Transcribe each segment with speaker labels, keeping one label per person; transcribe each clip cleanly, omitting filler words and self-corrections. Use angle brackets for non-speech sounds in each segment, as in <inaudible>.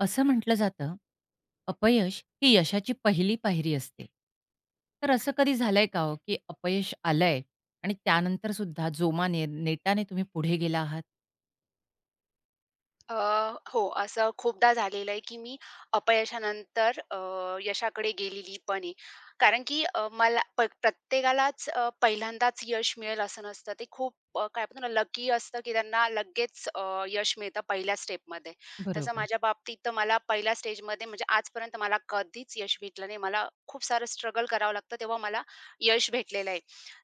Speaker 1: असं म्हटलं जातं, अपयश ही यशाची पहिली पायरी असते. तर असं कधी झालंय का हो, की अपयश आलंय आणि त्यानंतर सुद्धा जोमाने, नेटाने तुम्ही पुढे गेला आहात?
Speaker 2: अ, हो, असं खूपदा झालेलं आहे, की मी अपयशानंतर यशाकडे गेलेली पण आहे. कारण की मला प्रत्येकालाच पहिल्यांदाच यश मिळेल असं नसतं. ते खूप काय म्हणतो ना, लकी असतं, की त्यांना लगेच यश मिळतं पहिल्या स्टेपमध्ये. तसं
Speaker 1: बरोबर.
Speaker 2: माझ्या बाबतीत तर मला पहिल्या स्टेजमध्ये म्हणजे आजपर्यंत मला कधीच यश भेटलं नाही. मला खूप सारं स्ट्रगल करावं लागतं, तेव्हा मला यश भेटलेलं आहे.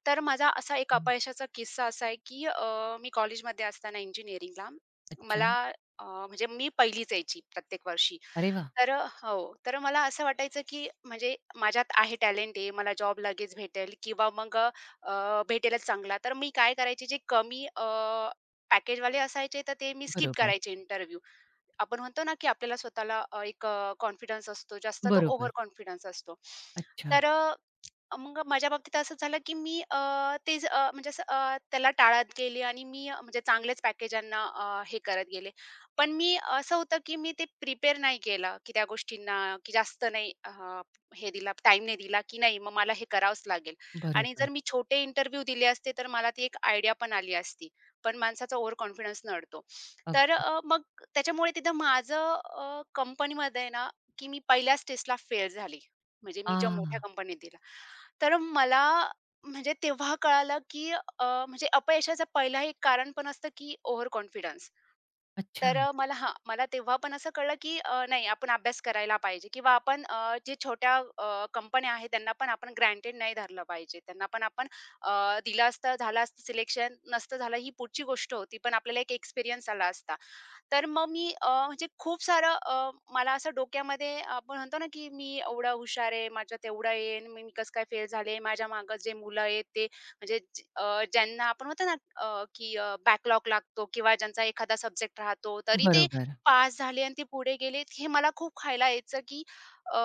Speaker 2: तर माझा असा एक
Speaker 1: हं.
Speaker 2: अपयशाचा किस्सा असा आहे, की मी कॉलेजमध्ये असताना इंजिनिअरिंगला
Speaker 1: अच्छा.
Speaker 2: मला म्हणजे मी पहिलीच यायची प्रत्येक वर्षी.
Speaker 1: अरे वाह!
Speaker 2: तर हो. तर मला असं वाटायचं, की म्हणजे माझ्यात आहे टॅलेंट आहे. मला जॉब लगेच भेटेल किंवा मग अ, अ, भेटेलच चांगला. तर मी काय करायचे जे कमी पॅकेजवाले असायचे तर ते मी स्किप
Speaker 1: बरोबर,
Speaker 2: करायचे इंटरव्ह्यू. आपण म्हणतो ना, की आपल्याला स्वतःला एक कॉन्फिडन्स असतो जास्त तो ओव्हर
Speaker 1: बरोबर.
Speaker 2: कॉन्फिडन्स असतो.
Speaker 1: अच्छा.
Speaker 2: तर मग माझ्या बाबतीत असं झालं, की मी ते म्हणजे असं त्याला टाळत गेले आणि मी म्हणजे चांगल्याच पॅकेजांना हे करत गेले. पण मी असं होतं, की मी ते प्रिपेअर नाही केलं, की त्या गोष्टींना की जास्त नाही हे दिला टाईम नाही दिला, की नाही मग मला हे करावंच लागेल. आणि जर
Speaker 1: बरोबर.
Speaker 2: मी छोटे इंटरव्ह्यू दिले असते, तर मला ती एक आयडिया पण आली असती. पण माणसाचा ओव्हर कॉन्फिडन्स नडतो. तर
Speaker 1: अगदी.
Speaker 2: मग त्याच्यामुळे तिथं माझं कंपनीमध्ये ना, की मी पहिल्या स्टेजला फेल झाली. म्हणजे मी जेव्हा मोठ्या
Speaker 1: आ!
Speaker 2: कंपनीत दिला. तर मला म्हणजे तेव्हा कळालं, की म्हणजे अपयशाचं पहिलं एक कारण पण असतं, की ओव्हर कॉन्फिडन्स.
Speaker 1: अच्छा.
Speaker 2: तर मला हां, मला तेव्हा पण असं कळलं, की नाही आपण अभ्यास करायला पाहिजे किंवा आपण जे छोट्या कंपन्या आहेत त्यांना पण आपण ग्रँटेड नाही धरलं पाहिजे. त्यांना पण आपण अ, दिलं असतं, झालं असतं सिलेक्शन, नसतं झालं ही पुढची गोष्ट होती. पण आपल्याला एक एक्सपिरियन्स आला असता. तर मग मी म्हणजे खूप सारं मला असं डोक्यामध्ये आपण म्हणतो ना, की मी एवढा हुशार आहे, माझ्यात एवढा आहे मी कसं काय फेल झाले. माझ्या मागे जे मुलं आहेत ते म्हणजे ज्यांना आपण म्हणतो ना, की बॅकलॉग लागतो किंवा ज्यांचा एखादा सब्जेक्ट राहतो, तरी ते
Speaker 1: बरोबर.
Speaker 2: पास झाले आणि ते पुढे गेलेत. हे मला खूप खायला यायचं, की अ,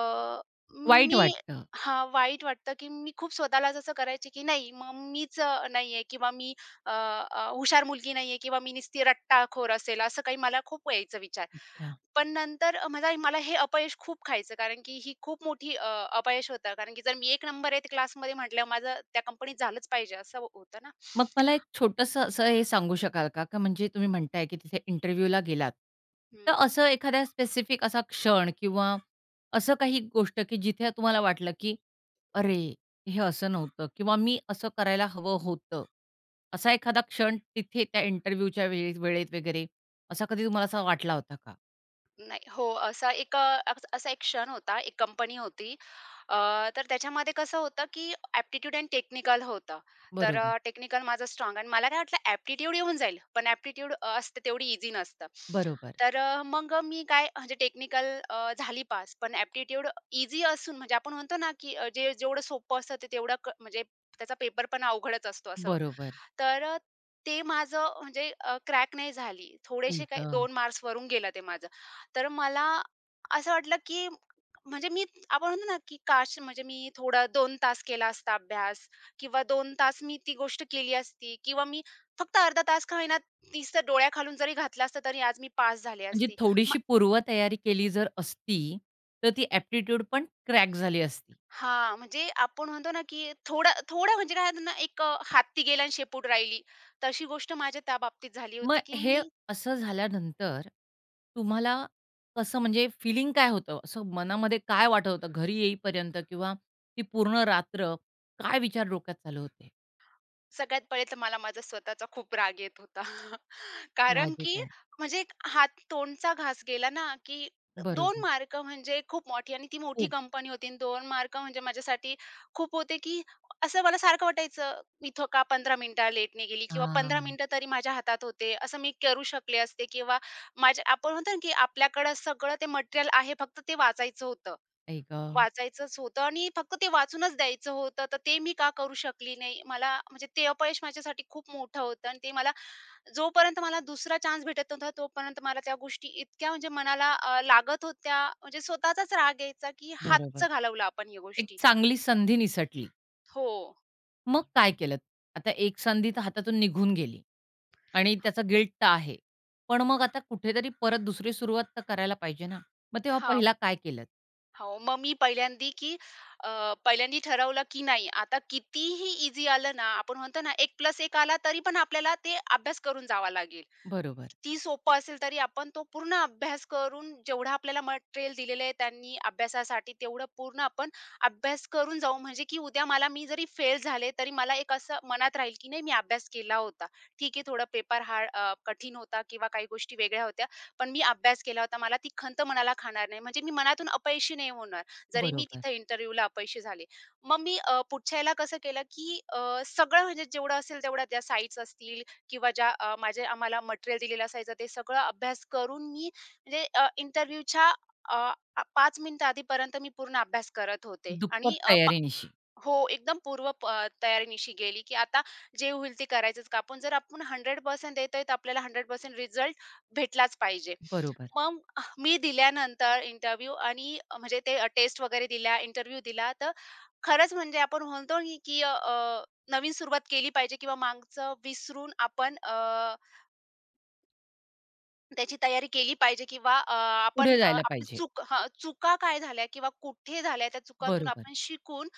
Speaker 1: वाईट
Speaker 2: मी
Speaker 1: वाटतं.
Speaker 2: हां, वाईट वाटतं, की मी खूप स्वतःलाच असं करायचे, की नाही मग मीच नाहीये किंवा मी अ, अ, हुशार मुलगी नाहीये किंवा मी नुसती रट्टाखोर असेल, असं काही मला खूप यायचं विचार.
Speaker 1: अच्छा.
Speaker 2: पण नंतर मला मला हे अपयश खूप खायचं कारण की ही खूप मोठी अपयश होतं. कारण की जर मी एक नंबर आहे क्लासमध्ये म्हटल्यावर माझं त्या कंपनीत झालंच पाहिजे असं होतं ना.
Speaker 1: मग मला एक छोटंसं असं हे सांगू शकाल का? का म्हणजे तुम्ही म्हणताय, की तिथे इंटरव्ह्यूला गेलात. तर
Speaker 2: हं.
Speaker 1: असं एखाद्या स्पेसिफिक असा क्षण किंवा असं काही गोष्ट, की जिथे तुम्हाला वाटलं, की "अरे, हे असं नव्हतं" किंवा "मी असं करायला हवं होतं." असा एखादा क्षण तिथे त्या इंटरव्ह्यूच्या वेळेत वेळेत वगैरे असा कधी तुम्हाला असा वाटला होता का?
Speaker 2: नाही. हो, असा एक असा एक क्षण होता. एक कंपनी होती. अ, तर त्याच्यामध्ये कसं होतं, की एप्टिट्यूड एंड टेक्निकल होतं. तर
Speaker 1: बरोबर,
Speaker 2: टेक्निकल माझं स्ट्राँग आणि मला काय वाटलं एप्टिट्यूड येऊन जाईल. पण एप्टिट्यूड असते तेवढी ईझी नसतं.
Speaker 1: बरोबर,
Speaker 2: तर मग मी काय म्हणजे टेक्निकल झाली पास. पण एप्टिट्यूड ईझी असून म्हणजे आपण म्हणतो ना, की जे जेवढं सोपं असतं ते तेवढं म्हणजे त्याचा पेपर पण अवघडच असतो असं.
Speaker 1: बरोबर.
Speaker 2: तर ते माझं म्हणजे क्रॅक नाही झाली.
Speaker 1: आई
Speaker 2: थोडेसे काही
Speaker 1: गं!
Speaker 2: 2 मार्क्स वरून गेलं ते माझं. तर मला असं वाटलं, की म्हणजे मी आपण म्हणतो ना, की काश म्हणजे मी थोडा 2 तास केला असता अभ्यास किंवा 2 तास मी ती गोष्ट केली असती किंवा मी फक्त अर्धा तास का होईना 30 तर डोळ्याखालून जरी घातला असता, तरी आज मी पास झाले
Speaker 1: म्हणजे
Speaker 2: असते. म
Speaker 1: थोडीशी पूर्वतयारी केली जर असती, तर ती ॲप्टिट्यूड पण क्रॅक झाली असती.
Speaker 2: हां, म्हणजे आपण म्हणतो ना, की थोडं थोडं म्हणजे काय ना, एक हत्ती गेला आणि शेपूट राहिली. तशी गोष्ट माझ्या त्या बाबतीत झाली
Speaker 1: मग
Speaker 2: होती, की
Speaker 1: हे
Speaker 2: मी.
Speaker 1: असं झाल्यानंतर तुम्हाला कसं म्हणजे फिलिंग काय होतं? असं मनामध्ये काय वाटत होतं घरी येईपर्यंत किंवा ती पूर्ण रात्र काय विचार डोक्यात चालू होते?
Speaker 2: सगळ्यात पहिले तर मला माझा स्वतःचा खूप राग येत होता. <laughs> कारण की
Speaker 1: साहजिक आहे.
Speaker 2: म्हणजे एक हात-तोंडचा घास गेला ना, की दोन
Speaker 1: बरोबर.
Speaker 2: मार्क म्हणजे खूप मोठी आणि ती मोठी
Speaker 1: खूप.
Speaker 2: कंपनी होती आणि 2 मार्क म्हणजे माझ्यासाठी खूप होते, की असं मला सारखं वाटायचं, इथं का 15 मिनिटं लेटने गेली किंवा 15
Speaker 1: हां.
Speaker 2: मिनिटं तरी माझ्या हातात होते. असं मी करू शकले असते किंवा माझ्या आपण म्हणतो ना, की आपल्याकडं सगळं ते मटेरियल आहे, फक्त ते वाचायचं होतं.
Speaker 1: आई गं!
Speaker 2: वाचायचंच होतं आणि फक्त ते वाचूनच द्यायचं होतं. तर ते मी का करू शकली नाही. मला म्हणजे ते अपयश माझ्यासाठी खूप मोठं होतं आणि ते मला जोपर्यंत मला दुसरा चान्स भेटत नव्हता, तोपर्यंत मला त्या गोष्टी इतक्या म्हणजे मनाला लागत होत्या. म्हणजे स्वतःचाच राग यायचा, की
Speaker 1: बरोबर.
Speaker 2: हातचं घालवलं आपण या
Speaker 1: एक
Speaker 2: गोष्टी.
Speaker 1: चांगली संधी निसटली.
Speaker 2: हो.
Speaker 1: मग काय केलत? आता एक संधी तर हातातून निघून गेली आणि त्याचा गिल्ट तर आहे. पण मग आता कुठेतरी परत दुसरी सुरुवात तर करायला पाहिजे ना. मग तेव्हा
Speaker 2: हां.
Speaker 1: पहिला काय केलत?
Speaker 2: हो. मग मी पहिल्यांदी ठरवलं, की नाही आता कितीही ईझी आलं ना, आपण म्हणतो ना 1+1 आला तरी पण आपल्याला ते अभ्यास करून जावा लागेल.
Speaker 1: बरोबर,
Speaker 2: ती सोपं असेल तरी आपण तो पूर्ण अभ्यास करून जेवढा आपल्याला मटेरियल दिलेलं आहे त्यांनी अभ्यासासाठी तेवढं पूर्ण आपण अभ्यास करून जाऊ म्हणजे की उद्या मला मी जरी फेल झाले तरी मला एक असं मनात राहील की नाही मी अभ्यास केला होता. ठीक आहे थोडा पेपर हार्ड कठीण होता किंवा काही गोष्टी वेगळ्या होत्या. पण मी अभ्यास केला होता. मला ती खंत मनाला खाणार नाही. म्हणजे मी मनातून अपयशी नाही होणार. जरी मी
Speaker 1: बरोबर.
Speaker 2: तिथं इंटरव्ह्यूला अपयशी झाले. मग मी पुढच्या ह्याला कसं केलं की सगळं म्हणजे जेवढं असेल तेवढ्या त्या साइट्स असतील किंवा ज्या माझे आम्हाला मटेरियल दिलेलं असायचं ते सगळं अभ्यास करून मी म्हणजे इंटरव्ह्यूच्या अ, 5 मिनिटं आधीपर्यंत मी पूर्ण अभ्यास करत होते आणि
Speaker 1: दुप्पट तयारीनिशी.
Speaker 2: हो, एकदम पूर्व तयारीनिशी गेली, की आता जे होईल ते करायचंच का आपण जर आपण 100% देतोय तर आपल्याला 100% रिझल्ट भेटलाच पाहिजे.
Speaker 1: बरोबर.
Speaker 2: मग मी दिल्यानंतर इंटरव्ह्यू आणि म्हणजे ते टेस्ट वगैरे दिल्या, इंटरव्ह्यू दिला तर खरंच म्हणजे आपण म्हणतो, नि- की अ, अ, नवीन सुरुवात केली पाहिजे किंवा मागचं विसरून आपण त्याची तयारी केली पाहिजे किंवा आपण
Speaker 1: पुढे जायला
Speaker 2: आपली
Speaker 1: पाहिजे.
Speaker 2: चुका काय झाल्या किंवा कुठे झाल्या त्या चुकांतून
Speaker 1: बरोबर.
Speaker 2: आपण शिकून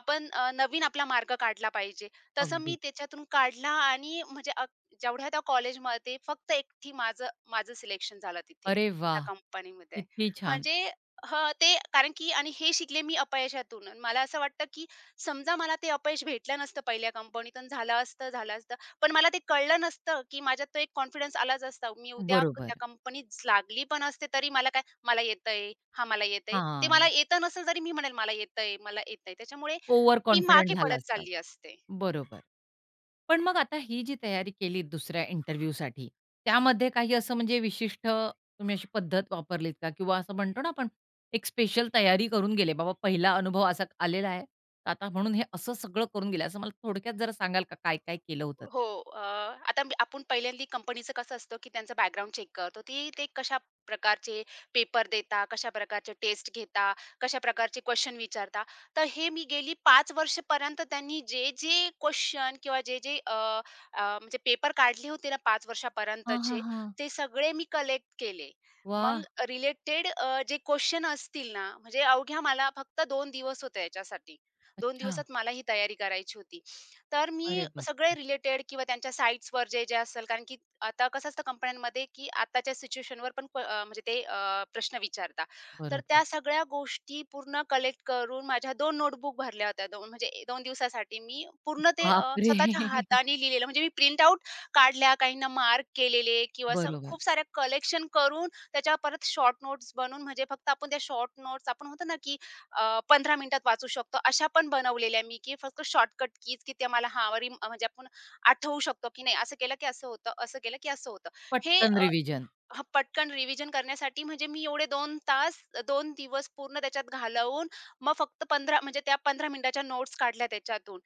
Speaker 2: आपण नवीन आपला मार्ग काढला पाहिजे. तसं मी
Speaker 1: अगदी.
Speaker 2: त्याच्यातून काढला आणि म्हणजे जेवढ्या त्या कॉलेजमध्ये फक्त एकटी माझं माझं सिलेक्शन झालं तिथे
Speaker 1: अरे
Speaker 2: त्या
Speaker 1: वाह!
Speaker 2: कंपनीमध्ये.
Speaker 1: किती छान.
Speaker 2: म्हणजे हं, ते कारण की आणि हे शिकले मी अपयशातून. अन मला असं वाटतं की समजा मला ते अपयश भेटलं नसतं पहिल्या कंपनीतून झालं असतं, झालं पण मला ते कळलं नसतं, की माझ्यात तो एक कॉन्फिडन्स आलाच असता. मी उद्या त्या
Speaker 1: बरोबर.
Speaker 2: कंपनीत लागली पण असते तरी मला काय, "मला येतंय, हां, मला येतंय." ते मला
Speaker 1: हां.
Speaker 2: येत नसेल तरी मी म्हणेल, "मला येतंय, मला येतंय." त्याच्यामुळे
Speaker 1: ओव्हर
Speaker 2: मी
Speaker 1: कॉन्फिडंट
Speaker 2: मागे
Speaker 1: झाला
Speaker 2: पडत
Speaker 1: असतात.
Speaker 2: चालली असते.
Speaker 1: बरोबर. पण मग आता ही जी तयारी केली दुसऱ्या इंटरव्ह्यूसाठी, त्यामध्ये काही असं म्हणजे विशिष्ट तुम्ही अशी पद्धत वापरलीत का? किंवा असं म्हणतो ना आपण एक स्पेशल तयारी करून गेले. बाबा पहिला अनुभव असा आलेला आहे. तर आता म्हणून हे असं सगळं करून गेले. असं मला थोडक्यात जरा सांगाल का काय-काय केलं होतं?
Speaker 2: हो. आता मी आपण पहिल्यांदा कंपनीचं कसं असतं, की त्यांचा बॅकग्राऊंड चेक करतो. ते कशा प्रकारचे पेपर देता, कशा प्रकारचे टेस्ट घेता, कशा प्रकारचे क्वेशन विचारता. तर हे मी गेली 5 वर्षपर्यंत त्यांनी जे-जे क्वेशन किंवा जे-जे अ, अ, म्हणजे पेपर काढले होते ना 5
Speaker 1: हां, हां,
Speaker 2: वर्षापर्यंतचे,
Speaker 1: हां.
Speaker 2: ते सगळे मी कलेक्ट केले. मग
Speaker 1: वाह!
Speaker 2: रिलेटेड जे क्वेशन असतील ना, म्हणजे अवघ्या मला फक्त 2 दिवस होते याच्यासाठी. 2
Speaker 1: अच्छा.
Speaker 2: दिवसात मला ही तयारी करायची होती. तर मी
Speaker 1: अरे बाप!
Speaker 2: सगळे रिलेटेड किंवा त्यांच्या साइट्सवर जे जे असेल कारण की आता कसं असतं कंपन्यांमध्ये की आताच्या सिच्युएशनवर पण म्हणजे ते प्रश्न विचारता. तर
Speaker 1: बरोबर.
Speaker 2: त्या सगळ्या गोष्टी पूर्ण कलेक्ट करून माझ्या दोन नोटबुक भरल्या होत्या. दोन म्हणजे 2 दिवसासाठी मी पूर्ण ते
Speaker 1: बापरे!
Speaker 2: स्वतःच्या
Speaker 1: <laughs>
Speaker 2: हाताने लिहिलेलं. म्हणजे मी प्रिंट आउट काढल्या, काहींना मार्क केलेले किंवा असं
Speaker 1: बरोबर.
Speaker 2: खूप साऱ्या कलेक्शन करून त्याच्या परत शॉर्ट नोट्स बनवून म्हणजे फक्त आपण त्या शॉर्ट नोट्स आपण होतो ना, की 15 मिनिटात वाचू शकतो. अशा पण बनवलेल्या मी, की फक्त शॉर्टकट कीज, की ते मला हां, म्हणजे आपण आठवू शकतो, की नाही असं केलं की असं होतं, असं केलं की असं होतं. हे
Speaker 1: पटकन रिव्हिजन.
Speaker 2: हां, पटकन रिव्हिजन करण्यासाठी म्हणजे मी एवढे 2 तास, 2 दिवस पूर्ण त्याच्यात घालवून मग फक्त 15 म्हणजे त्या 15 मिनिटाच्या नोट्स काढल्या त्याच्यातून.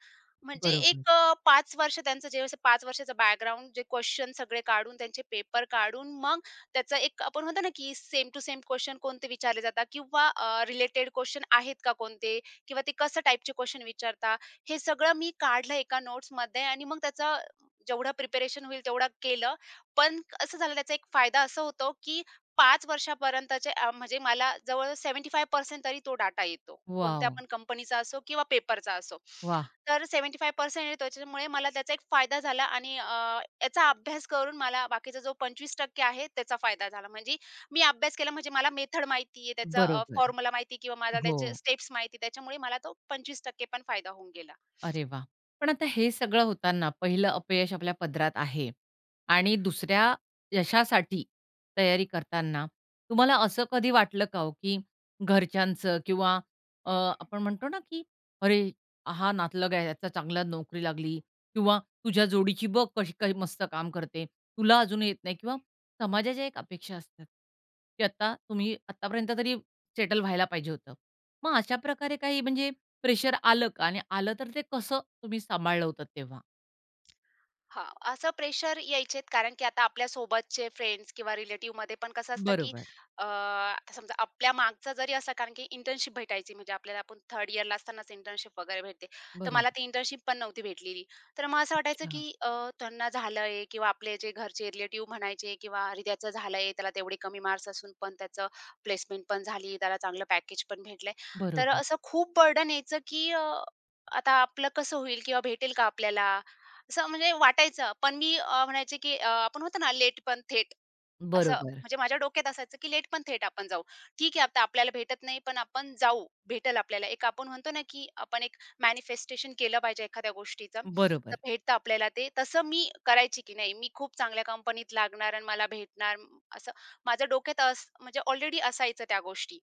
Speaker 2: म्हणजे एक
Speaker 1: बरोबर.
Speaker 2: 5 वर्ष त्यांचं जे असं 5 वर्षाचं बॅकग्राऊंड जे क्वेशन सगळे काढून, त्यांचे पेपर काढून मग त्याचा एक आपण म्हणतो ना, की सेम टू सेम क्वेशन कोणते विचारले जातात किंवा रिलेटेड क्वेशन आहेत का कोणते? किंवा ते कसं टाइपचे क्वेशन विचारता? हे सगळं मी काढलं एका नोट्समध्ये आणि मग त्याचं जेवढं प्रिपरेशन होईल तेवढं केलं पण असं झालं त्याचा एक फायदा असा होतो, की 5 वर्षापर्यंतचे म्हणजे मला जवळ 75% तरी तो डाटा येतो. कोणत्या
Speaker 1: वॉव!
Speaker 2: पण कंपनीचा असो किंवा पेपरचा असो.
Speaker 1: वाह!
Speaker 2: तर 75% येतो त्याच्यामुळे मला त्याचा एक फायदा झाला आणि याचा अभ्यास करून मला बाकीचा जो 25% आहे त्याचा फायदा झाला. म्हणजे मी अभ्यास केला म्हणजे मला मेथड माहिती आहे, त्याचा
Speaker 1: बरोबर.
Speaker 2: फॉर्म्युला माहिती किंवा मला त्याचे
Speaker 1: हो.
Speaker 2: स्टेप्स माहिती त्याच्यामुळे मला तो 25% पण फायदा होऊन गेला.
Speaker 1: अरे वाह! पण आता हे सगळं होताना पहिलं अपयश आपल्या पदरात आहे आणि दुसऱ्या यशासाठी तयारी करताना तुम्हाला असं कधी वाटलं का हो, की घरच्यांचं किंवा आपण म्हणतो ना, की "अरे, हा नातलग आहे, याचा चांगला नोकरी लागली" किंवा "तुझ्या जोडीची बघ कशी काही मस्त काम करते, तुला अजून येत नाही" किंवा समाजाच्या एक अपेक्षा असतात, की आता तुम्ही आत्तापर्यंत तरी सेटल व्हायला पाहिजे होतं. मग अशा प्रकारे काही म्हणजे प्रेशर आलं का? आणि आलं तर ते कसं तुम्ही सांभाळलं होतं तेव्हा?
Speaker 2: हां, असं प्रेशर यायचेत कारण की आता आपल्या सोबतचे फ्रेंड्स किंवा रिलेटिव्हमध्ये पण कसं असतं, की
Speaker 1: बरोबर,
Speaker 2: आता समजा आपल्या मागचा जरी असा कारण की इंटर्नशिप भेटायची म्हणजे आपल्याला आपण थर्ड इयरला असतानाच इंटर्नशिप वगैरे भेटते. तर मला
Speaker 1: बरोबर.
Speaker 2: ती इंटर्नशिप पण नव्हती भेटलेली. तर मग असं वाटायचं, की
Speaker 1: अच्छा.
Speaker 2: त्यांना झालंय किंवा आपले जे घरचे रिलेटिव्ह म्हणायचे किंवा अरे त्याचं झालंय, त्याला तेवढे कमी मार्क्स असून पण त्याचं प्लेसमेंट पण झाली, त्याला चांगलं पॅकेज पण भेटलंय. तर
Speaker 1: बरोबर.
Speaker 2: असं खूप बर्डन यायचं, की आता आपलं कसं होईल किंवा भेटेल का आपल्याला? असं म्हणजे वाटायचं. पण मी म्हणायचे की आपण होतो ना लेट पण थेट. असं
Speaker 1: बरोबर,
Speaker 2: म्हणजे माझ्या डोक्यात असायचं, की लेट पण थेट आपण जाऊ. ठीक आहे, आता आपल्याला भेटत नाही, पण आपण जाऊ, भेटेल आपल्याला. एक आपण म्हणतो ना, की आपण एक मॅनिफेस्टेशन केलं पाहिजे एखाद्या गोष्टीचं, तर
Speaker 1: बरोबर.
Speaker 2: भेटतं आपल्याला ते. तसं मी करायची, की नाही मी खूप चांगल्या कंपनीत लागणार आणि मला भेटणार असं माझ्या डोक्यात म्हणजे ऑलरेडी असायचं त्या गोष्टी.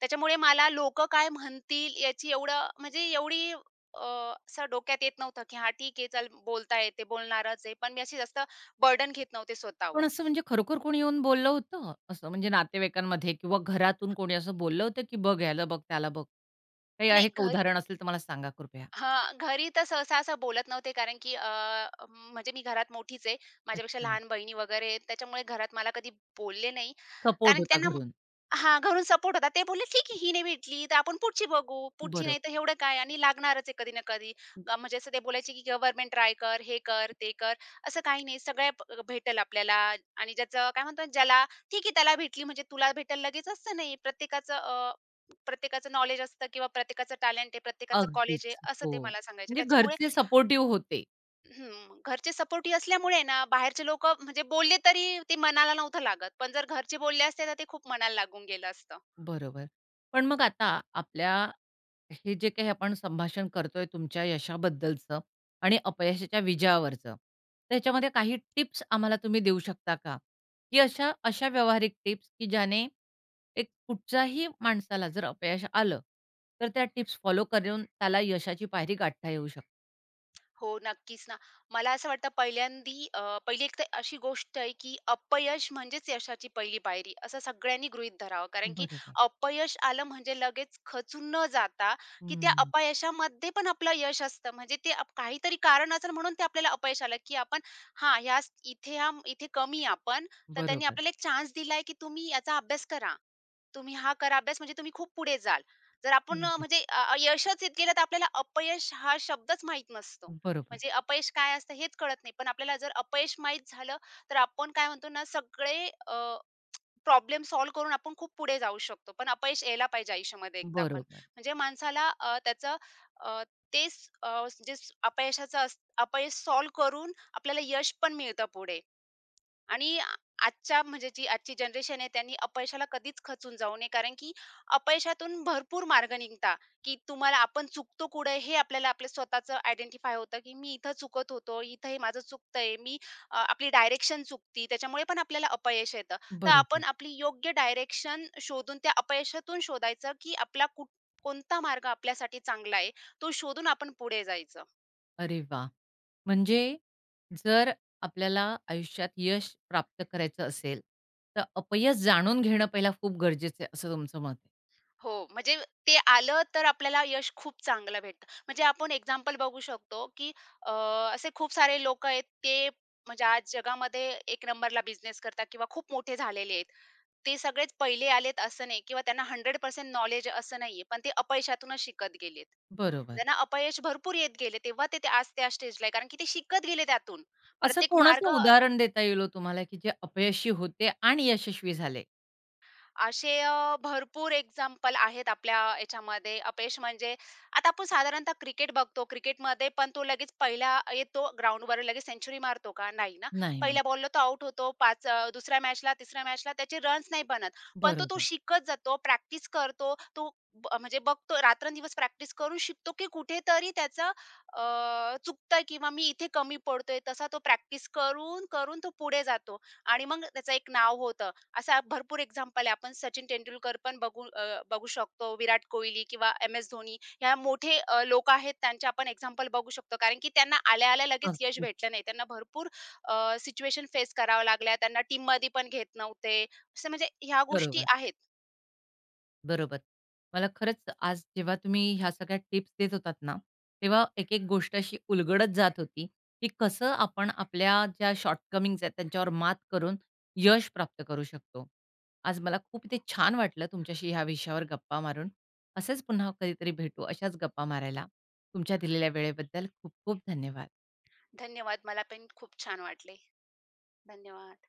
Speaker 2: त्याच्यामुळे मला लोकं काय म्हणतील याची एवढं म्हणजे एवढी असं डोक्यात येत नव्हतं, की हां ठीक आहे, चल बोलता येते, बोलणारच आहे. पण मी अशी जास्त बर्डन घेत नव्हते स्वतःवर.
Speaker 1: पण असं म्हणजे खरोखर कोणी येऊन बोललं होतं? असं म्हणजे नातेवाईकांमध्ये किंवा घरातून कोणी असं बोललं होतं, की "बघ ह्याला बघ, त्याला बघ." काही आहे
Speaker 2: नाही
Speaker 1: का
Speaker 2: घरी
Speaker 1: उदाहरण असेल तर मला सांगा कृपया?
Speaker 2: हां, घरी तर सहसा असं बोलत नव्हते कारण की म्हणजे मी घरात मोठीच आहे. माझ्यापेक्षा
Speaker 1: अच्छा.
Speaker 2: लहान बहिणी वगैरे आहेत. त्याच्यामुळे घरात मला कधी बोलले नाही.
Speaker 1: सपोर्ट
Speaker 2: कारण
Speaker 1: होता
Speaker 2: त्यांना
Speaker 1: घरून.
Speaker 2: हां, घरून सपोर्ट होता. ते बोलले, "ठीक आहे, ही नाही भेटली, तर आपण पुढची बघू. पुढची
Speaker 1: बरोबर.
Speaker 2: नाही तर एवढं काय आणि लागणारच आहे कधी ना कधी." म्हणजे असं ते बोलायचे, की "गव्हर्नमेंट ट्राय कर, हे कर, ते कर." असं काही नाही, सगळ्या प भेटेल आपल्याला आणि ज्याचं काय म्हणतो ना, ज्याला ठीक आहे, त्याला भेटली म्हणजे तुला भेटेल लगेच असं नाही. प्रत्येकाचं प्रत्येकाचं नॉलेज असतं किंवा प्रत्येकाचं टॅलेंट आहे, प्रत्येकाचं कॉलेज आहे,
Speaker 1: अगदीच.
Speaker 2: असं
Speaker 1: हो.
Speaker 2: ते मला सांगायचे.
Speaker 1: म्हणजे
Speaker 2: त्याच्यामुळे
Speaker 1: घरचे सपोर्टिव्ह होते.
Speaker 2: हं, घरचे सपोर्टिव्ह असल्यामुळे ना, बाहेरचे लोकं म्हणजे बोलले तरी ते मनाला नव्हतं लागत. पण जर घरचे बोलले असते, तर ते खूप मनाला लागून गेलं असतं.
Speaker 1: बरोबर. पण मग आता आपल्या हे जे काही आपण संभाषण करतोय तुमच्या यशाबद्दलचं आणि अपयशाच्या विजयावरचं, त्याच्यामध्ये काही टिप्स आम्हाला तुम्ही देऊ शकता का? की अशा अशा व्यावहारिक टिप्स की ज्याने एक कुठच्याही माणसाला जर अपयश आलं, तर त्या टिप्स फॉलो करून त्याला यशाची पायरी गाठता येऊ शकते?
Speaker 2: हो, नक्कीच ना. मला असं वाटतं पहिल्यांदी पहिली एक तर अशी गोष्ट आहे, की अपयश म्हणजेच यशाची पहिली पायरी असं सगळ्यांनी गृहीत धरावं. कारण की
Speaker 1: बरोबर.
Speaker 2: अपयश आलं म्हणजे लगेच खचून न जाता, की त्या
Speaker 1: हं.
Speaker 2: अपयशामध्ये पण आपलं यश असतं. म्हणजे ते काहीतरी कारण असेल म्हणून ते आपल्याला अपयश आलं, की आपण हां, ह्या इथे हां, इथे कमी आहे आपण. तर त्यांनी
Speaker 1: बरोबर.
Speaker 2: आपल्याला एक चान्स दिलाय, की तुम्ही याचा अभ्यास करा. तुम्ही हा करा अभ्यास म्हणजे तुम्ही खूप पुढे जाल. जर आपण
Speaker 1: अगदीच.
Speaker 2: म्हणजे अ, अ, यशच येत गेलं तर आपल्याला अपयश हा शब्दच माहीत नसतो.
Speaker 1: बरोबर.
Speaker 2: म्हणजे अपयश काय असतं हेच कळत नाही. पण आपल्याला जर अपयश माहीत झालं, तर आपण काय म्हणतो ना सगळे प्रॉब्लेम सॉल्व्ह करून आपण खूप पुढे जाऊ शकतो. पण अपयश यायला पाहिजे आयुष्यामध्ये एकदा पण.
Speaker 1: बरोबर.
Speaker 2: म्हणजे माणसाला त्याचं अ, तेच अपयशाचं अपयश सॉल्व्ह करून आपल्याला यश पण मिळतं पुढे. आणि आ आजच्या म्हणजे जी आजची जनरेशन आहे त्यांनी अपयशाला कधीच खचून जाऊ नये. कारण की अपयशातून भरपूर मार्ग निघतात, की तुम्हाला आपण चुकतो कुठे हे आपल्याला आपलं स्वतःचं आयडेंटिफाय होतं, की मी इथं चुकत होतो, इथं हे माझं चुकतंय. आपली डायरेक्शन चुकती त्याच्यामुळे पण आपल्याला अपयश येतं. तर आपण
Speaker 1: बरोबर.
Speaker 2: आपली योग्य डायरेक्शन शोधून त्या अपयशातून शोधायचं, की आपला कुठ कोणता मार्ग आपल्यासाठी चांगला आहे, तो शोधून आपण पुढे जायचं.
Speaker 1: अरे वाह! म्हणजे जर आपल्याला आयुष्यात यश प्राप्त करायचं असेल, तर अपयश जाणून घेणं पहिला खूप गरजेचं आहे, असं तुमचं मत आहे.
Speaker 2: हो, म्हणजे ते आलं तर आपल्याला यश खूप चांगलं भेटतं. म्हणजे आपण एक्झाम्पल बघू शकतो, की अ, असे खूप सारे लोकं आहेत ते म्हणजे आज जगामध्ये एक नंबरला बिझनेस करतात किंवा खूप मोठे झालेले आहेत. ते सगळेच पहिले आलेत असं नाही किंवा त्यांना 100% नॉलेज असं नाहीये. पण ते अपयशातूनच शिकत गेलेत.
Speaker 1: बरोबर.
Speaker 2: त्यांना अपयश भरपूर येत गेले. तेव्हा ते ते आज त्या स्टेजला आहे. कारण की ते शिकत गेले त्यातून.
Speaker 1: असं
Speaker 2: प्रत्येक मार्ग
Speaker 1: कोणाचं उदाहरण देता येईल हो तुम्हाला, की जे अपयशी होते आणि यशस्वी झाले?
Speaker 2: असे भरपूर एक्झाम्पल आहेत आपल्या याच्यामध्ये. अपयश म्हणजे आता आपण साधारणतः क्रिकेट बघतो. क्रिकेटमध्ये पण तो लगेच पहिला येतो ग्राउंडवर लगेच सेंचुरी मारतो का? नाही ना.
Speaker 1: नाही म्हणत.
Speaker 2: पहिल्या बॉलला तो आउट होतो. दुसऱ्या मॅचला, तिसऱ्या मॅचला त्याचे रन्स नाही बनत. पण तो तो
Speaker 1: बरोबर.
Speaker 2: शिकत जातो, प्रॅक्टिस करतो. तो ब म्हणजे बघतो रात्रंदिवस प्रॅक्टिस करून शिकतो, की कुठेतरी त्याचं चुकतंय किंवा मी इथे कमी पडतोय. तसा तो प्रॅक्टिस करून, करून तो पुढे जातो आणि मग त्याचं एक नाव होतं. असा भरपूर एक्झाम्पल आहे. आपण सचिन तेंडुलकर पण बघू शकतो. विराट कोहली किंवा एम-एस धोनी ह्या मोठे लोकं आहेत त्यांचे आपण एक्झाम्पल बघू शकतो. कारण की त्यांना आल्या-आल्या लगेच यश
Speaker 1: अगदीच
Speaker 2: भेटलं नाही. त्यांना भरपूर सिच्युएशन फेस कराव्या लागल्या. त्यांना टीममध्ये पण घेत नव्हते. असं म्हणजे ह्या गोष्टी
Speaker 1: बरोबर.
Speaker 2: आहेत.
Speaker 1: बरोबर. मला खरंच आज जेव्हा तुम्ही ह्या सगळ्या टिप्स देत होतात ना, तेव्हा एक-एक गोष्ट अशी उलगडत जात होती, की कसं आपण आपल्या ज्या शॉर्टकमिंग्ज आहेत त्यांच्यावर मात करून यश प्राप्त करू शकतो. आज मला खूप ते छान वाटलं तुमच्याशी ह्या विषयावर गप्पा मारून. असेच पुन्हा कधीतरी भेटू, अशाच गप्पा मारायला. तुमच्या दिलेल्या वेळेबद्दल खूप खूप धन्यवाद.
Speaker 2: धन्यवाद. मला पण खूप छान वाटले. धन्यवाद.